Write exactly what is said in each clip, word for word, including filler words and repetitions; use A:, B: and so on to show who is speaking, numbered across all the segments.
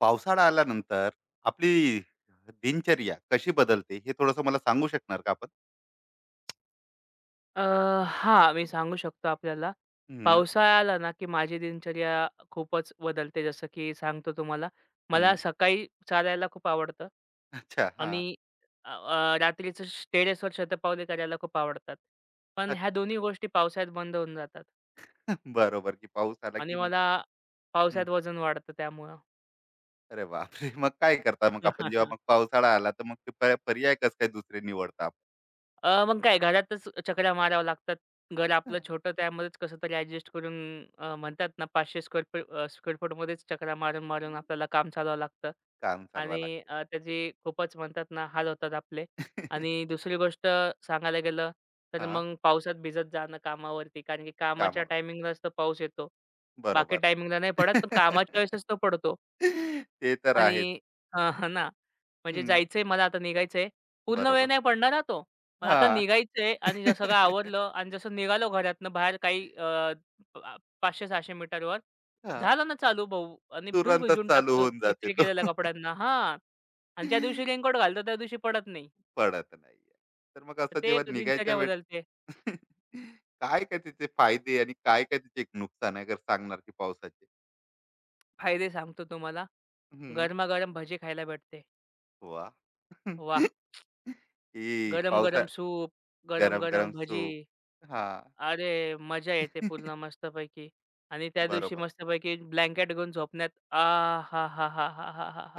A: पावसाळा आल्यानंतर आपली दिनचर्या कशी बदलते हे थोडंसं मला सांगू शकणार का आपण?
B: अ, हां, मी सांगू शकतो आपल्याला.
A: हं,
B: पावसाळा आला ना, की माझी दिनचर्या खूपच बदलते. जसं की सांगतो तुम्हाला, मला
A: हं.
B: सकाळी चालायला खूप आवडतं
A: अच्छा. हां.
B: आणि अ, अ, रात्रीचं श टेरेसवर शतपावली करायला खूप आवडतात. पण
A: अच्छा.
B: ह्या दोन्ही गोष्टी पावसाळ्यात बंद होऊन जातात
A: बरोबर की पाऊस आला
B: आणि
A: की मग.
B: मला
A: हं.
B: पावसाळ्यात वजन वाढतं त्यामुळं.
A: अरे बापरे! मग काय करता मग आपण जेव्हा मग पावसाळा आला तर मग ते पर पर्याय कसं काय दुसरे निवडता आपण?
B: अ, मग काय घरातच चकरा माराव्या लागतात. घर
A: हां.
B: आपलं छोटं त्यामध्येच कसं तरी ॲडजस्ट करून अ, म्हणतात ना पाचशे स्क्वेअर फूट अ, स्क्वेअर फूटमध्येच चकरा मारून-मारून आपल्याला काम चालवावं लागतं.
A: काम चालवावं
B: आणि
A: लागते.
B: अ, त्याचे खूपच म्हणतात ना हाल होतात आपले. आणि दुसरी गोष्ट सांगायला गेलं तर
A: हां.
B: मग पावसात भिजत जाणं कामावरती कारण की कामाच्या
A: कामावर.
B: टायमिंगलाच तर पाऊस येतो. बाकी
A: बरोबर.
B: टायमिंगला नाही पडत, पण कामाच्या वेळेसच तो पडतो.
A: ते तर
B: आणि
A: आहेच.
B: हां, हां ना. म्हणजे
A: हं.
B: जायचंय मला आता निघायचंय. पूर्ण वेळ
A: बरोबर.
B: नाही पडणार हां तो. पण
A: हां.
B: आता
A: हां.
B: निघायचंय आणि जसं सगळं आवरलं आणि जसं निघालो घरातनं बाहेर काही अ, अ, पाचशे सहाशे मीटरवर झालं ना चालू भाऊ आणि फुल
A: तुरंतच
B: भिजून
A: चालू
B: टाकतो
A: होऊन जाते
B: इस्त्री
A: तो.
B: केलेल्या कपड्यांना हां. आणि ज्या दिवशी रेनकोट घालतो त्या दिवशी पडत नाही.
A: पडत नाहीये. तर मग
B: तर
A: असं
B: ते
A: जेव्हा
B: एक
A: निघायच्या
B: दिनचर्या
A: वेळ.
B: बदलते.
A: काय काय त्याचे फायदे आणि काय काय त्याचे एक नुकसान आहे अगर सांगणार की पावसाचे?
B: फायदे सांगतो तुम्हाला.
A: हं.
B: गरमागरम भजी खायला भेटते.
A: वाह!
B: वाह!
A: की पावसा.
B: गरम-गरम सूप, गरम-गरम
A: गरम-गरम
B: भजी.
A: सूप. हां.
B: अरे! मजा येते पूर्ण मस्तपैकी आणि त्या दिवशी
A: बरोबर.
B: मस्तपैकी ब्लँकेट घेऊन झोपण्यात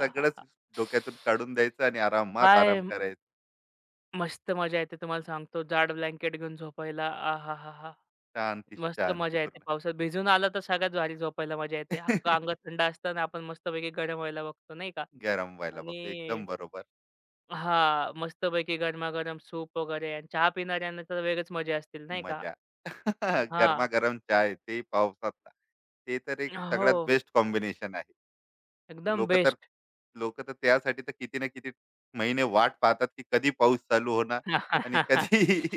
A: सगळंच डोक्यातून काढून द्यायचं आणि आरामात आराम
B: काय
A: करायचा.
B: मस्त मजा येते तुम्हाला सांगतो. जाड ब्लँकेट घेऊन झोपायला आहाहाहा!
A: शांती,
B: मस्त
A: शांती
B: मजा येते
A: पूर्ण.
B: पावसात भिजून आलं तर सगळ्यात भारी झोपायला मजा येते. अख्खं अंग थंड असतं आपण मस्तपैकी गरम व्हायला बघतो नाही का.
A: गरम व्हायला बघतो.
B: आणि
A: एकदम बरोबर.
B: हां, मस्तपैकी गरमागरम सूप वगैरे आणि चहा पिणाऱ्यांना तर वेगळीच मजा असतील नाही का?
A: मजा.
B: हां.
A: गरमागरम चाय ते पावसातला. ते तर एक
B: हो,
A: सगळ्यात बेस्ट कॉम्बिनेशन आहे.
B: एकदम
A: लोक तर
B: बेस्ट.
A: लोक तर त्यासाठी तर किती ना किती महिने वाट पाहतात की कधी पाऊस चालू होणार आणि कधी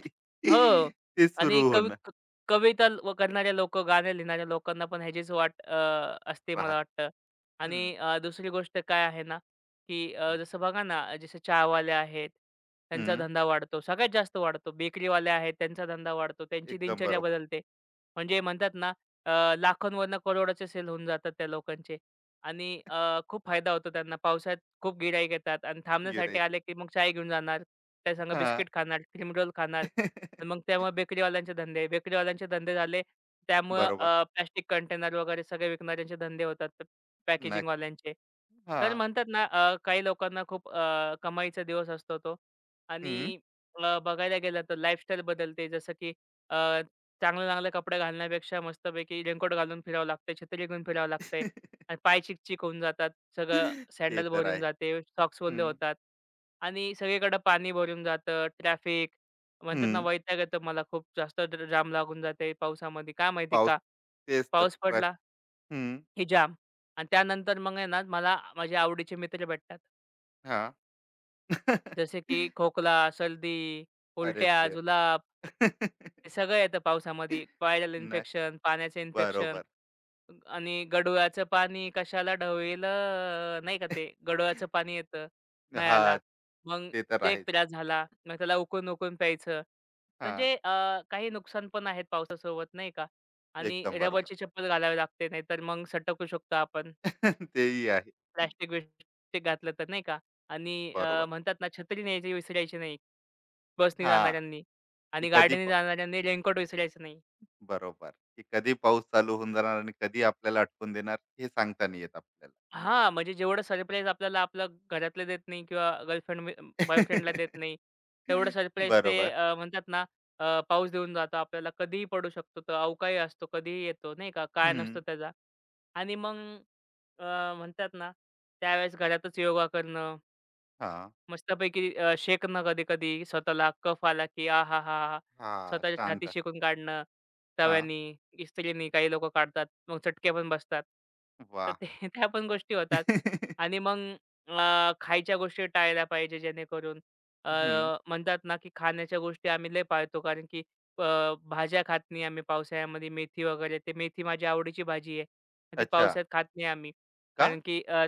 B: हो.
A: ते
B: आणि
A: सुरू
B: कवि
A: होणार.
B: क कविता व करणाऱ्या लोकं, गाणे लिहिणाऱ्या लोकांना पण ह्याचीच वाट अ, असते मला
A: राहत.
B: वाटतं.
A: हम्म,
B: आणि अ, दुसरी गोष्ट काय आहे ना, की अ, जसं बघा ना, जसं चहावाले आहेत, त्यांचा
A: हम्म,
B: धंदा वाढतो. सगळ्यात जास्त वाढतो. बेकरीवाले आहेत, त्यांचा धंदा वाढतो. त्यांची
A: एकदम
B: दिनचर्या
A: बरोबर.
B: बदलते. म्हणजे म्हणतात ना, अ, लाखोंवरनं करोडोचे सेल होऊन जातात त्या लोकांचे. आणि अ, खूप फायदा होतो त्यांना. पावसाळ्यात खूप गिराईक येतात आणि थांबण्यासाठी
A: गिराईक.
B: आले, की मग चाय घेऊन जाणार. त्यासंग
A: हा.
B: बिस्किट खाणार, क्रीम रोल खाणार. आणि मग त्यामुळे बेकरीवाल्यांचे धंदे, बेकरीवाल्यांचे धंदे झाले त्यामुळं
A: बरोबर.
B: प्लास्टिक कंटेनर वगैरे सगळे विकणाऱ्यांचे धंदे होतात, तर
A: नक्की.
B: पॅकेजिंगवाल्यांचे.
A: हा.
B: तर म्हणतात ना अ, काही लोकांना खूप अ, कमाईचा दिवस असतो तो
A: हम्म.
B: आणि अ, बघायला गेलं तर लाईफस्टाईल बदलते. जसं की अ, चांगले-चांगले कपडे घालण्यापेक्षा मस्तपैकी रेनकोट घालून फिरावं लागतंय, छत्री घेऊन फिरावं लागतंय आणि पाय चिकचिक होऊन जातात. सगळं
A: ते
B: सँडल
A: तर आहे.
B: भरून जाते, सॉक्स ओले
A: हम्म,
B: होतात आणि सगळीकडे पाणी भरून जातं, ट्रॅफिक म्हणतात ना
A: हम्म,
B: वैताग येतं मला खूप जास्त ड जाम लागून जाते पावसामध्ये. का माहिती आहे
A: पाऊस
B: का?
A: तेच तर
B: पाऊस
A: प्र-
B: पडला
A: हम्म,
B: की जाम. आणि त्यानंतर मग आहे ना मला माझे आवडीचे मित्र भेटतात.
A: हा.
B: जसे की खोकला, सर्दी,
A: अरे
B: उलट्या,
A: देव.
B: जुलाब. हे सगळं येतं पावसामध्ये. व्हायरल
A: नक्की.
B: इन्फेक्शन, पाण्याचं इन्फेक्शन.
A: बरोबर.
B: आणि गडोळाचं पाणी कशाला ढवळलं, नाही का ते गडोळाचं पाणी येतं
A: हा.
B: नळाला. मग
A: ते तर
B: ते एक
A: आहेच.
B: त्रास झाला. मग त्याला उकळून-उकळून प्यायचं.
A: हा.
B: म्हणजे अ, काही नुकसान पण आहेत पावसासोबत नाही का. आणि
A: एकदम बरोबर.
B: रबरची चप्पल घालावी लागते. नाहीतर मग सटकू शकतो आपण.
A: तेही आहे.
B: प्लास्टिक-बिस्टिक घातलं तर नाही का. आणि अ,
A: बरोबर.
B: म्हणतात ना छत्री न्यायची विसरायची नाही बसनी
A: हां,
B: जाणाऱ्यांनी
A: की
B: आणि
A: कधी
B: गाडीने
A: प
B: जाणाऱ्यांनी रेनकोट विसरायचं नाही.
A: बरोबर, की कधी पाऊस चालू होऊन जाणार आणि कधी आपल्याला अटकून देणार हे सांगता नाही येत आपल्याला.
B: हां, म्हणजे जेवढं सरप्राईज आपल्याला आपल्या घरातले देत नाही किंवा गर्लफ्रेंड बॉयफ्रेंडला देत नाही, तेवढं सरप्राईज ते
A: बरोबर.
B: अ, म्हणतात ना अ, पाऊस देऊन जातो आपल्याला. कधीही पडू शकतो तो, अवकाळी असतो, कधीही येतो नाही का, काळ
A: हं.
B: नसतो त्याचा. आणि मग म्हणतात ना त्यावेळेस घरातच योगा करणं
A: हां.
B: मस्तपैकी अ, शेकणं कधी-कधी स्वतःला, कफ आला की आहाहा!
A: हां,
B: स्वतःच्या छाती
A: शांत.
B: शेकून काढणं,
A: हां.
B: तव्यानी, इस्त्रीनी काही लोकं काढतात. मग चटके पण बसतात. तर
A: वाह!
B: ते त्या पण गोष्टी
A: हं.
B: होतात. आणि मग अ, खायच्या गोष्टी टाळल्या पाहिजे जेणेकरून अ, म्हणतात ना की खाण्याच्या गोष्टी आम्ही लय पाळतो कारण की अ, भाज्या खात नाही आम्ही पावसाळ्यामध्ये मेथी वगैरे. ते मेथी माझी आवडीची भाजी आहे. ती
A: अच्छा.
B: पावसाळ्यात खात नाही आम्ही.
A: का?
B: कारण की अ,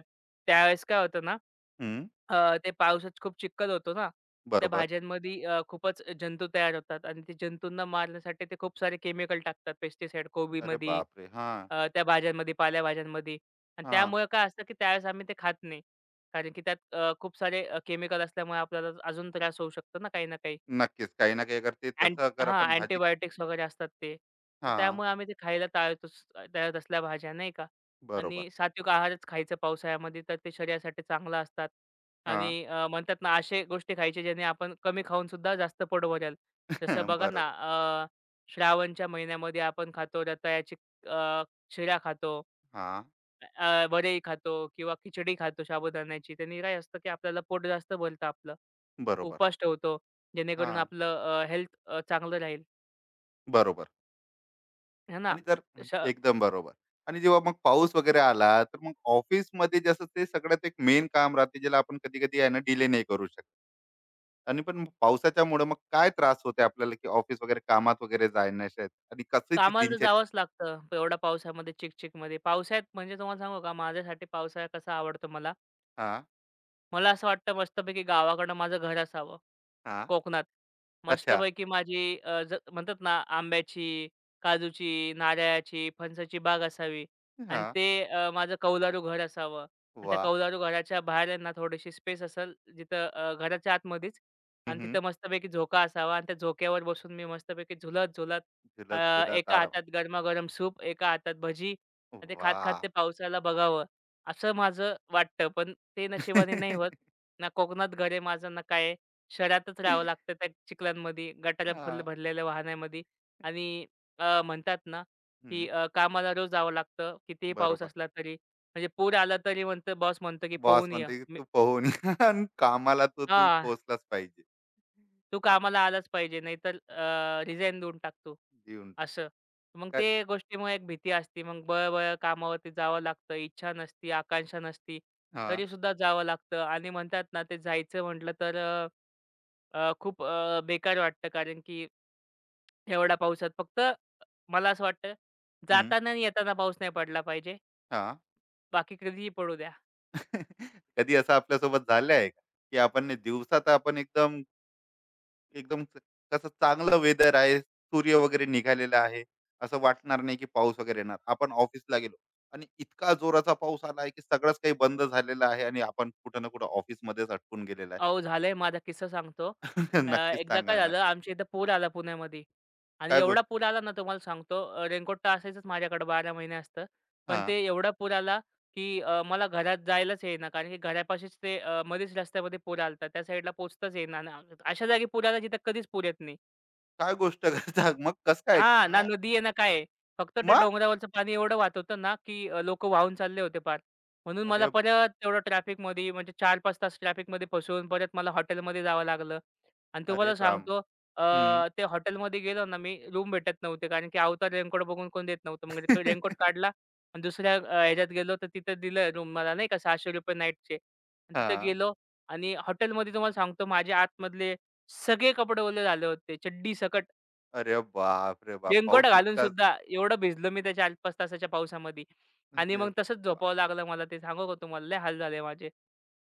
B: त्यावेळेस काय होतं ना
A: हं.
B: अ, ते पावसात खूप चिखल होतो ना, त्या
A: बरोबर.
B: भाज्यांमध्ये अ, खूपच जंतू तयार होतात आणि ते जंतूंना मारण्यासाठी ते खूप सारे केमिकल टाकतात. पेस्टिसाइड
A: अरे
B: कोबीमध्ये,
A: बापरे! हां,
B: अ, त्या भाज्यांमध्ये, पालेभाज्यांमध्ये आणि
A: हां.
B: त्यामुळे काय असतं, की त्यावेळेस आम्ही ते खात नाही. कारण की त्यात अ, खूप सारे केमिकल असल्यामुळे आपल्याला अजून त्रास होऊ शकतो ना काही ना काही.
A: नक्कीच. काही ना काही अगर ते
B: अँट
A: तसं अगर
B: हां,
A: आपण भाजी.
B: अँटिबायोटिक्स वगैरे असतात ते. तर
A: हां,
B: त्यामुळे आम्ही ते खायला टाळतोच त्या तसल्या भाज्या नाही का.
A: बरोबर.
B: आणि सात्विक आहारच खायचा पावसाळ्यामध्ये, तर ते शरीरासाठी चांगलं असतात. आणि
A: हां.
B: अ, म्हणतात ना अशा गोष्टी खायच्या ज्याने आपण कमी खाऊन सुद्धा जास्त पोट भरेल. जसं बघा ना
A: बरोबर.
B: अ, श्रावणच्या महिन्यामध्ये आपण खातो रताळ्याची अ, शिरा खातो.
A: हां,
B: अ, वरई खातो किंवा खिचडी खातो साबुदाण्याची. त्यांनी काय असतं, की आपल्याला पोट जास्त भरतं आपलं.
A: बरोबर.
B: उपवास ठेवतो, जेणेकरून
A: हां,
B: आपलं अ, हेल्थ अ, चांगलं राहील,
A: बरोबर.
B: है ना.
A: आणि तर
B: श
A: एकदम बरोबर. आणि जेव्हा मग पाऊस वगैरे आला, तर मग ऑफिसमध्ये जसं ते सगळ्यात एक मेन काम राहते, ज्याला आपण कधी-कधी आहे ना डिले नाही करू शकत. आणि पण पावसाच्यामुळं मग काय त्रास होते आपल्याला, की ऑफिस वगैरे कामात वगैरे जाण्याच्या आणि कसं ती
B: कामाला तर
A: दिनचर्या.
B: जावंच लागतं एवढ्या पावसामध्ये, चिकचिकमध्ये. पावसाळ्यात म्हणजे तुम्हाला सांगू का, माझ्यासाठी पावसाळा कसा आवडतो मला.
A: हां,
B: मला असं वाटतं मस्तपैकी गावाकडं माझं घर असावं.
A: हां.
B: कोकणात.
A: अच्छा.
B: मस्तपैकी माझी अ, ज म्हणतात ना आंब्याची, काजूची, नारळाची, फणसाची बाग असावी आणि
A: हां.
B: ते अ, माझं कौलारू घर असावं आणि त्या
A: वाह!
B: कौलारू घराच्या बाहेर आहे ना थोडीशी स्पेस असेल जिथं अ, घराच्या आतमध्येच आणि
A: हं,
B: तिथं मस्तपैकी झोका असावा आणि त्या झोक्यावर बसून मी मस्तपैकी झुलत-झुलत अ,
A: झुलत-झुलत
B: एका
A: आराम.
B: हातात गरमागरम सूप, एका हातात भजी आणि ते खात-खात
A: वाह!
B: ते पावसाला बघावं, असं माझं वाटतं. पण ते नशिबाने नाही होत. ना कोकणात घर आहे माझं, ना काय आहे. शहरातच
A: हां. हं.
B: राहावं लागतं त्या चिखलांमध्ये, गटारा फुल भरलेल्या वाहनामध्ये आणि अ, म्हणतात ना, की अ, कामाला रोज जावं लागतं, कितीही पाऊस
A: बरोबर.
B: असला तरी. म्हणजे पूर आला तरी म्हणतो बॉस म्हणतो, की
A: बॉस
B: "पळून ये."
A: म्हणते, की
B: मी
A: "तू पोहून ये आणि कामाला तर तू
B: हां,
A: पोहोचलाच पाहिजे."
B: "तू
A: आ
B: कामाला आलाच पाहिजे, नाहीतर अ, रिझाइन देऊन टाक तू."
A: देऊन टाक.
B: असं. मग ते गोष्टीमुळे एक भीती असते. मग बळं-बळं कामावरती जावं लागतं. इच्छा नसती, आकांक्षा नसती,
A: हां,
B: तरीसुद्धा जावं लागतं आणि म्हणतात ना, ते जायचं म्हटलं तर अ, खूप अ, बेकार वाटतं कारण की एवढ्या पावसात फक्त मला असं वाटतं,
A: हं,
B: जाताना आणि येताना पाऊस नाही पडला पाहिजे.
A: हां.
B: बाकी कधीही पडू द्या.
A: कधी असं आपल्यासोबत झालं आहे का, की आपण दिवसात आपण एकदम एकदम स- कसं चांगलं वेदर आहे, सूर्य वगैरे निघालेला आहे, असं वाटणार नाही की पाऊस वगैरे येणार. आपण ऑफिसला गेलो आणि इतका जोराचा पाऊस आला आहे, की सगळंच काही बंद झालेलं आहे आणि आपण कुठं ना कुठं ऑफिसमध्येच अडकून गेलेला आहे.
B: अहो, झालंय माझा किस्सा सांगतो. अ,
A: नक्कीच
B: एकदा काय
A: सांगा ना.
B: झालं आमच्या इथं पूर आला पुण्यामध्ये आणि
A: काय
B: एवढा
A: गोष्ट.
B: पूर आला ना तुम्हाला सांगतो अ, रेनकोट तर असायचंच माझ्याकडे बारा महिने असतं. पण
A: हां,
B: ते एवढा पूर आला, की अ, मला घरात जायलाच येईना कारण की घरापाशीच ते अ, मध्येच रस्त्यामध्ये पूर आला त्या साईडला पोहचताच येईना. अन अशा जागी पूर आला जिथे कधीच पूर येत नाही.
A: काय गोष्ट करता मग कसं काय?
B: हां, ना
A: काय?
B: नदी आहे ना काय आहे. फक्त ते
A: मग?
B: डोंगरावरचं पाणी एवढं वाहत होतं ना, की अ, लोकं वाहून चालले होते पार. म्हणून मला
A: अरे,
B: परत तेवढं ट्रॅफिकमध्ये म्हणजे चार पाच तास ट्रॅफिकमध्ये फसून परत मला हॉटेलमध्ये जावं लागलं. आणि
A: अरे
B: तुम्हाला
A: राम!
B: सांगतो
A: हं.
B: अ, ते हॉटेलमध्ये गेलो ना मी, रूम भेटत नव्हते कारण की अवतार रेनकोट बघून कोण देत नव्हतं.
A: हां.
B: मग रे रेनकोट काढला आणि दुसऱ्या अ, ह्याच्यात गेलो तर तिथं दिलं रूम मला नाही का ₹सहाशे रुपये नाईटचे. आणि तिथं गेलो आणि हॉटेलमध्ये तुम्हाला सांगतो माझे आतमधले सगळे कपडे ओले झाले होते, चड्डी सकट.
A: अरे बाप रे बाप!
B: रेनकोट
A: पाऊस
B: घालून
A: इतकाच.
B: सुद्धा एवढं भिजलो मी त्या चार पाच तासाच्या पावसामध्ये आणि
A: अरे
B: मग तसंच
A: वा!
B: झोपावं लागलं मला. ते सांगू का तुम्हाला लय हाल झाले माझे.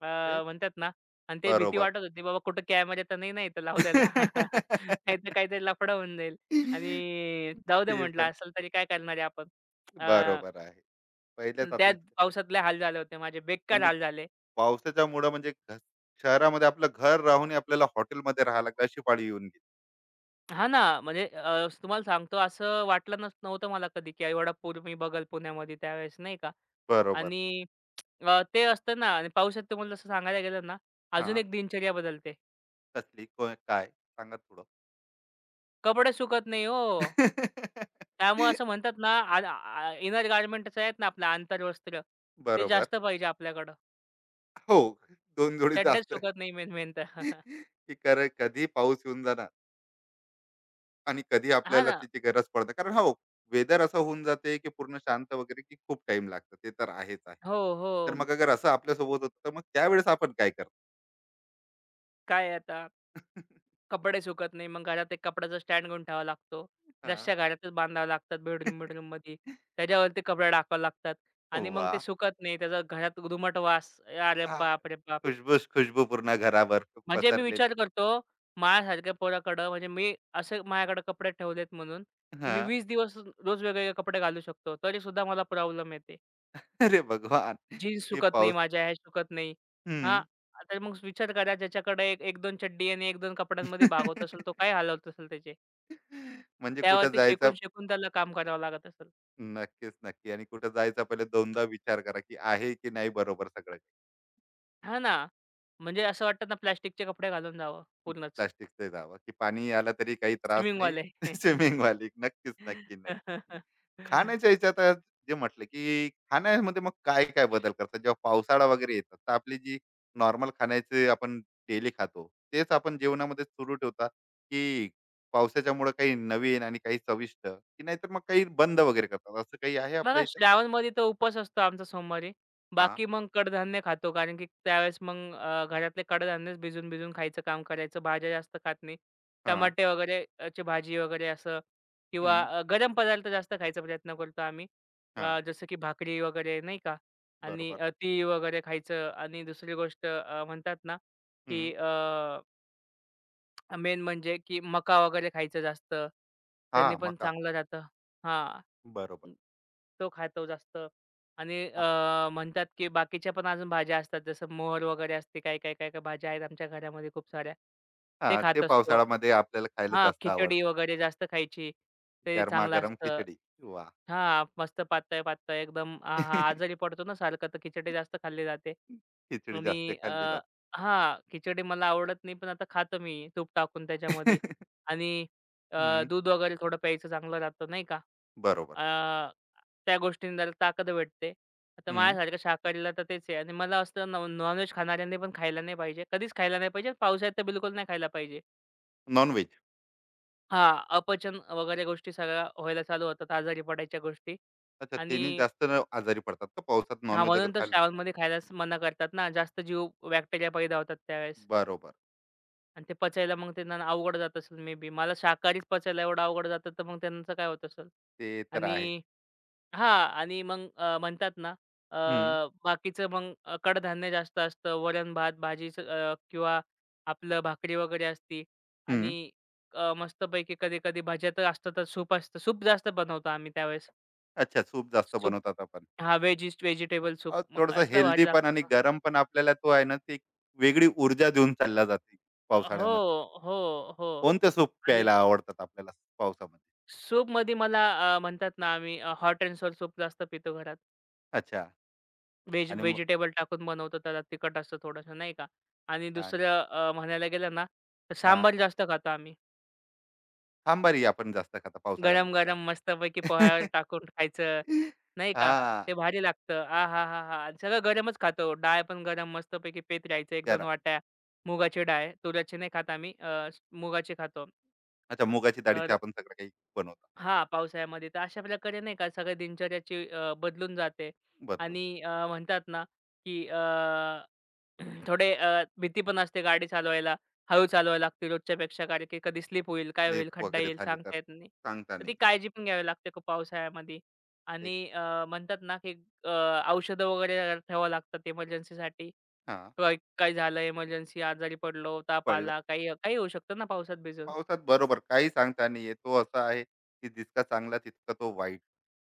B: अ,
A: ते
B: म्हणतात ना आणि ते भीती
A: बरोबर.
B: वाटत होती बाबा कुठं कॅमेरा तर नाही ना इथं लावलेला. नाहीतर काहीतरी लफडा होऊन जाईल आणि जाऊ दे
A: ते
B: म्हटलं
A: पण
B: असेल तरी काय करणार आहे आपण. अ,
A: बरोबर आहे. पहिल्याच आता
B: त्या
A: इतकं.
B: पावसातले हाल झाले होते माझे बेकार
A: म्हणजे
B: हाल झाले.
A: पावसाच्यामुळं म्हणजे घ शहरामध्ये आपलं घर राहून आपल्याला हॉटेलमध्ये राहायला लागलं अशी पाळी येऊन गेली.
B: हां ना, म्हणजे अ, तुम्हाला सांगतो असं वाटलं नस नव्हतं मला कधी की एवढा पूर मी बघल पुण्यामध्ये त्यावेळेस नाही का.
A: बरोबर.
B: आणि अ, ते असतं ना आणि पावसात तुम्हाला जसं सांगायला गेलं ना, अजून
A: हां.
B: एक दिनचर्या बदलते.
A: कसली? कोण? काय? सांगा थोडं.
B: कपडे सुकत नाही हो. त्यामुळे असं म्हणतात ना, इनर गारमेंटच आहेत ना आपलं आंतरवस्त्र, ते
A: बरोबर.
B: जास्त पाहिजे आपल्याकडं.
A: हो. दोन जोडी
B: चड्ड्याच
A: जास्त.
B: सुकत नाही मेन मेन तर.
A: की खरं कधी पाऊस येऊन जाणार आणि कधी
B: हां
A: आपल्याला
B: ना.
A: त्याची गरज पडते कारण हो. वेदर असं होऊन जाते की पूर्ण शांत वगैरे की खूप टाइम लागतो ते तर आहेच आहे.
B: हो,
A: तर
B: हो.
A: मग अगर असं आपल्यासोबत होतं तर मग त्यावेळेस आपण काय करतो.
B: काय आता कपडे सुकत नाही. मग घरात एक कपड्याचा स्टँड घेऊन ठेवावा लागतो.
A: हा.
B: रश्श्या घरातच बांधाव्या लागतात बेडरूम-बेडरूममध्ये. त्याच्यावरती कपडे टाकावे लागतात आणि मग
A: वा.
B: ते सुकत नाही. त्याचा घरात दुमट वास. अरे
A: क्या.
B: बाप रे बाप!
A: खुशबूस खुशबू पूर्ण घरावर
B: म्हणजे मी
A: पसरलेली.
B: विचार करतो, माझ्यासारख्या पोराकडं म्हणजे मी असं माझ्याकडे कपडे ठेवलेत म्हणून, की
A: हा.
B: मी वीस दिवस रोज वेगवेगळे कपडे घालू शकतो. तरीसुद्धा मला प्रॉब्लेम येते.
A: अरे भगवान.
B: जीन्स
A: हे
B: सुकत नाही
A: पाऊस.
B: माझ्या, हे सुकत नाही. हां,
A: हम्म.
B: तर मग विचार करा ज्याच्याकडे एक दोन चड्डी आणि एक दोन कपड्यांमध्ये भाग होत असेल, तो काय हाल असेल त्याचे.
A: म्हणजे कुठं
B: त्यावरती
A: जायचा.
B: शेकून-शेकून त्याला काम करावं लागत असेल.
A: नक्कीच नक्की आणि कुठं जायचा पहिले दोनदा विचार करा की आहे की नाही बरोबर सगळं.
B: हां ना, म्हणजे असं वाटतं ना प्लास्टिकचे कपडे घालून जावं पूर्णच
A: प्लास्टिकचा जावा, की पाणी आला तरी काही त्रास नाही.
B: स्विमिंगवाले.
A: स्विमिंगवाली नक्कीच, नक्की, नक्की. खाण्याच्या ह्याच्यात आज जे म्हटलं, की खाण्यामध्ये मग काय-काय बदल करतात? जेव्हा पावसाळा वगैरे येतात, तर आपली जी नॉर्मल खाण्याचे आपण डेली खातो, तेच आपण जेवणामध्ये सुरू ठेवता, की पावसाच्यामुळं काही नवीन आणि काही चविष्ट, की नाहीतर मग काही बंद वगैरे करतात, असं काही आहे आपल्या
B: बघा
A: ह्याच्यात?
B: श्रावणमध्ये तर उपवास असतो आमचा सोमवारी.
A: हां,
B: बाकी मग कडधान्य खातो कारण की त्यावेळेस मग अ, घरातले कडधान्यच भिजून, भिजून खायचं काम करायचं. भाज्या जास्त खात नाही.
A: हां,
B: टमाटे वगैरे अ, ची भाजी वगैरे असं किंवा
A: हं,
B: अ, गरम पदार्थ जास्त खायचा प्रयत्न करतो आम्ही.
A: हां,
B: अ, जसं की भाकरी वगैरे नाही का आणि
A: बरोबर.
B: अ, तीळ वगैरे खायचं आणि दुसरी गोष्ट अ, म्हणतात ना,
A: हं,
B: की मेन म्हणजे की मका वगैरे खायचं जास्त.
A: हां,
B: त्यांनी पण
A: मका.
B: चांगलं राहतं. हां.
A: बरोबर.
B: अं, तो खातो जास्त आणि अ, म्हणतात की बाकीच्या पण अजून भाज्या असतात जसं मोहर वगैरे असते. काय, काय, काय, काय भाज्या आहेत आमच्या घरामध्ये खूप साऱ्या. ते
A: हां, ते
B: खात असतो.
A: पावसाळ्यामध्ये आपल्याला खायला
B: हां,
A: जास्त
B: खिचडी
A: आवडतात.
B: वगैरे जास्त खायची. ते चांगलं
A: गरमागरम
B: असतं.
A: खिचडी. वाह!
B: हां, मस्त पातळ-पातळ एकदम आहा! आजारी पडतो ना सारखं, तर खिचडी जास्त खाल्ली जाते
A: खिचडी
B: आणि
A: जास्त
B: अ,
A: खाल्ली जाते.
B: हां, खिचडी मला आवडत नाही, पण आता खातो मी तूप टाकून त्याच्यामध्ये आणि अ,
A: हं,
B: दूध वगैरे थोडं प्यायचं चांगलं राहतं, नाही का?
A: बरोबर.
B: अ, त्या गोष्टींनी जरा ताकद भेटते. आता
A: हं,
B: माझ्यासारखं शाकाहारीला तर तेच आहे आणि मला असतं नॉन खाणाऱ्यांनी पण खायला नाही पाहिजे. कधीच खायला नाही पाहिजे. पावसाळ्यात तर बिलकुल नाही खायला पाहिजे.
A: नॉन-व्हेज.
B: हां, अपचन वगैरे गोष्टी सगळ्या व्हायला चालू होतात, आजारी पडायच्या गोष्टी
A: अच्छा,
B: आणि
A: त्यांनी जास्त न- आजारी पडतात का पावसात नॉन
B: हां,
A: अगर
B: म्हणून तर
A: खाल्लं?
B: श्रावणमध्ये खायलाच मना करतात ना. जास्त जीव बॅक्टेरिया पैदा होतात त्यावेळेस
A: बरोबर.
B: आणि ते पचायला मग त्यांना अवघड जात असेल मे बी. मला शाकाहारीच पचायला एवढं अवघड जातं, तर मग त्यांचं काय होत असेल.
A: ते तर आहे.
B: आणि हां आणि मग अ, म्हणतात ना अ,
A: हं,
B: बाकीचं मग अ, कडधान्य जास्त असतं. वरण-भात, भाजीचं अ, किंवा आपलं भाकरी वगैरे असती
A: हं.
B: आणि अ, मस्तपैकी कधी-कधी भाज्या तर असतातच. सूप असतं. सूप जास्त बनवतो आम्ही त्यावेळेस.
A: अच्छा, सूप जास्त
B: सूप
A: बनवतात आपण.
B: हां, व्हेजिस व्हेजिटेबल सूप
A: अ,
B: मग
A: थोडंसं
B: असलं भारी
A: हेल्दी पण
B: लागतं
A: आणि
B: ना.
A: गरम पण आपल्याला तो आहे ना, ती एक वेगळी ऊर्जा देऊन चालला जाते
B: हो,
A: पावसाळ्यामध्ये.
B: हो, हो.
A: कोणते सूप
B: आणि
A: प्यायला आवडतात आपल्याला पावसामध्ये?
B: सूप सूपमध्ये मला अ, म्हणतात ना आम्ही हॉट अँड सोअर सूप जास्त पितो घरात.
A: अच्छा.
B: व्हेज
A: आणि मग
B: व्हेजिटेबल टाकून बनवतो त्याला तिखट असतं थोडंसं नाही का. आणि
A: छान.
B: दुसरं अ, म्हणायला गेलं ना, तर सांबार जास्त खातो आम्ही.
A: सांबारही आपण जास्त खाता पावसाळ्यामध्ये वा.
B: गरम-गरम मस्तपैकी पोह्यावर टाकून खायचं नाही का.
A: हा.
B: ते भारी लागतं. आहाहाहा! आणि सगळं गरमच खातो. डाळ पण गरम मस्तपैकी पीत राहायचं एक दोन
A: त्याला.
B: वाट्या. मुगाची डाळ, तुरीची नाही खात आम्ही. अ, मुगाची खातो.
A: अच्छा मुगाची डाळीचे
B: तर
A: आपण सगळं काही बनवता.
B: हां, पावसाळ्यामध्ये तर अशा प्रकारे नाही का सगळ्या दिनचर्याची अ, बदलून जाते
A: बदलून.
B: आणि अ, म्हणतात ना, की अ, थोडे अ, भीती पण असते गाडी चालवायला. हळू चालवावी लागते रोजच्यापेक्षा कारण की कधी स्लिप होईल, काय
A: स्लीप
B: होईल, खड्डा
A: वगैरे
B: येईल
A: झाली तर
B: सांगता येत नाही.
A: सांगता
B: तर
A: नाही
B: ती
A: येत.
B: काळजी पण घ्यावी लागते खूप पावसाळ्यामध्ये
A: एक.
B: आणि अ, म्हणतात ना, की अ, औषधं वगैरे जरा ठेवावं लागतात इमर्जन्सीसाठी.
A: हा.
B: काय काय झालं इमर्जन्सी आजारी पडलो, ताप
A: पडलं.
B: आला, काही काही होऊ शकतं ना पावसात भिजून.
A: पावसात बरोबर काही सांगता नाही येत तो असा आहे की जितका चांगला तितका तो वाईट.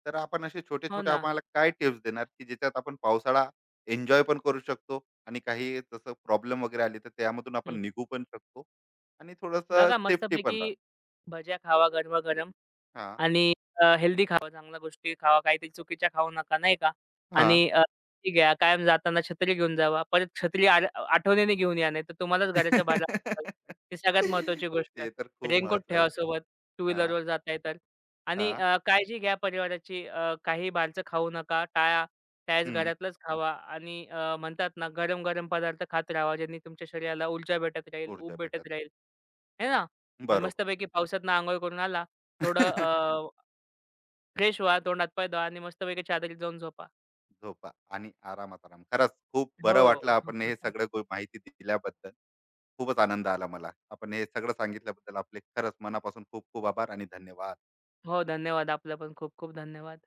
A: तर आपण असे छोटे
B: हो
A: छोटे
B: ना.
A: आम्हाला काय टिप्स देणार की ज्याच्यात आपण पावसाळा एन्जॉय पण करू शकतो आणि काही जसं प्रॉब्लेम वगैरे आले तर त्यामधून आपण निघू पण शकतो आणि थोडस
B: बघा
A: सेफ्टी पण
B: मस्तपैकी
A: राहत.
B: भज्या खावा गरमागरम.
A: हा.
B: आणि अ, हेल्दी खावा, चांगल्या गोष्टी खावा, काहीतरी चुकीच्या खाऊ नका, नाही का?
A: हा.
B: आणि अ, ती घ्या. कायम जाताना छत्री घेऊन जावा. परत छत्री आर आठवणीने घेऊन या, नाहीतर तुम्हालाच घराच्या बाहेर लावतील. ही सगळ्यात महत्त्वाची गोष्ट.
A: ते तर खूप
B: रेनकोट ठेवा
A: महत्वाचं आहे.
B: सोबत, टू
A: हां,
B: व्हीलरवर जाताय तर. आणि
A: हां.
B: अ, काळजी घ्या परिवाराची. अ, काही बाहेरचं खाऊ नका, टाळा. त्यावेळेस
A: हं.
B: घरातलंच खावा आणि अ, म्हणतात ना, गरम-गरम पदार्थ खात राहावा, ज्यांनी तुमच्या शरीराला ऊर्जा भेटत राहील,
A: ऊर्जा
B: ऊब भेटत
A: भेटत.
B: राहील, है ना? आणि
A: बरोबर.
B: मस्तपैकी पावसातनं अंघोळ करून आला थोडं अ, फ्रेश व्हा, तोंड हात-पाय धुवा आणि मस्तपैकी चादरीत जाऊन झोपा.
A: झोपा आणि आरामात आराम. खरंच खूप
B: हो.
A: बरं वाटलं आपण हे सगळं गो माहिती दिल्याबद्दल. खूपच आनंद आला मला. आपण हे सगळं सांगितल्याबद्दल आपले खरंच मनापासून खूप खूप आभार आणि धन्यवाद.
B: हो, हो, धन्यवाद. आपलं पण खूप खूप धन्यवाद.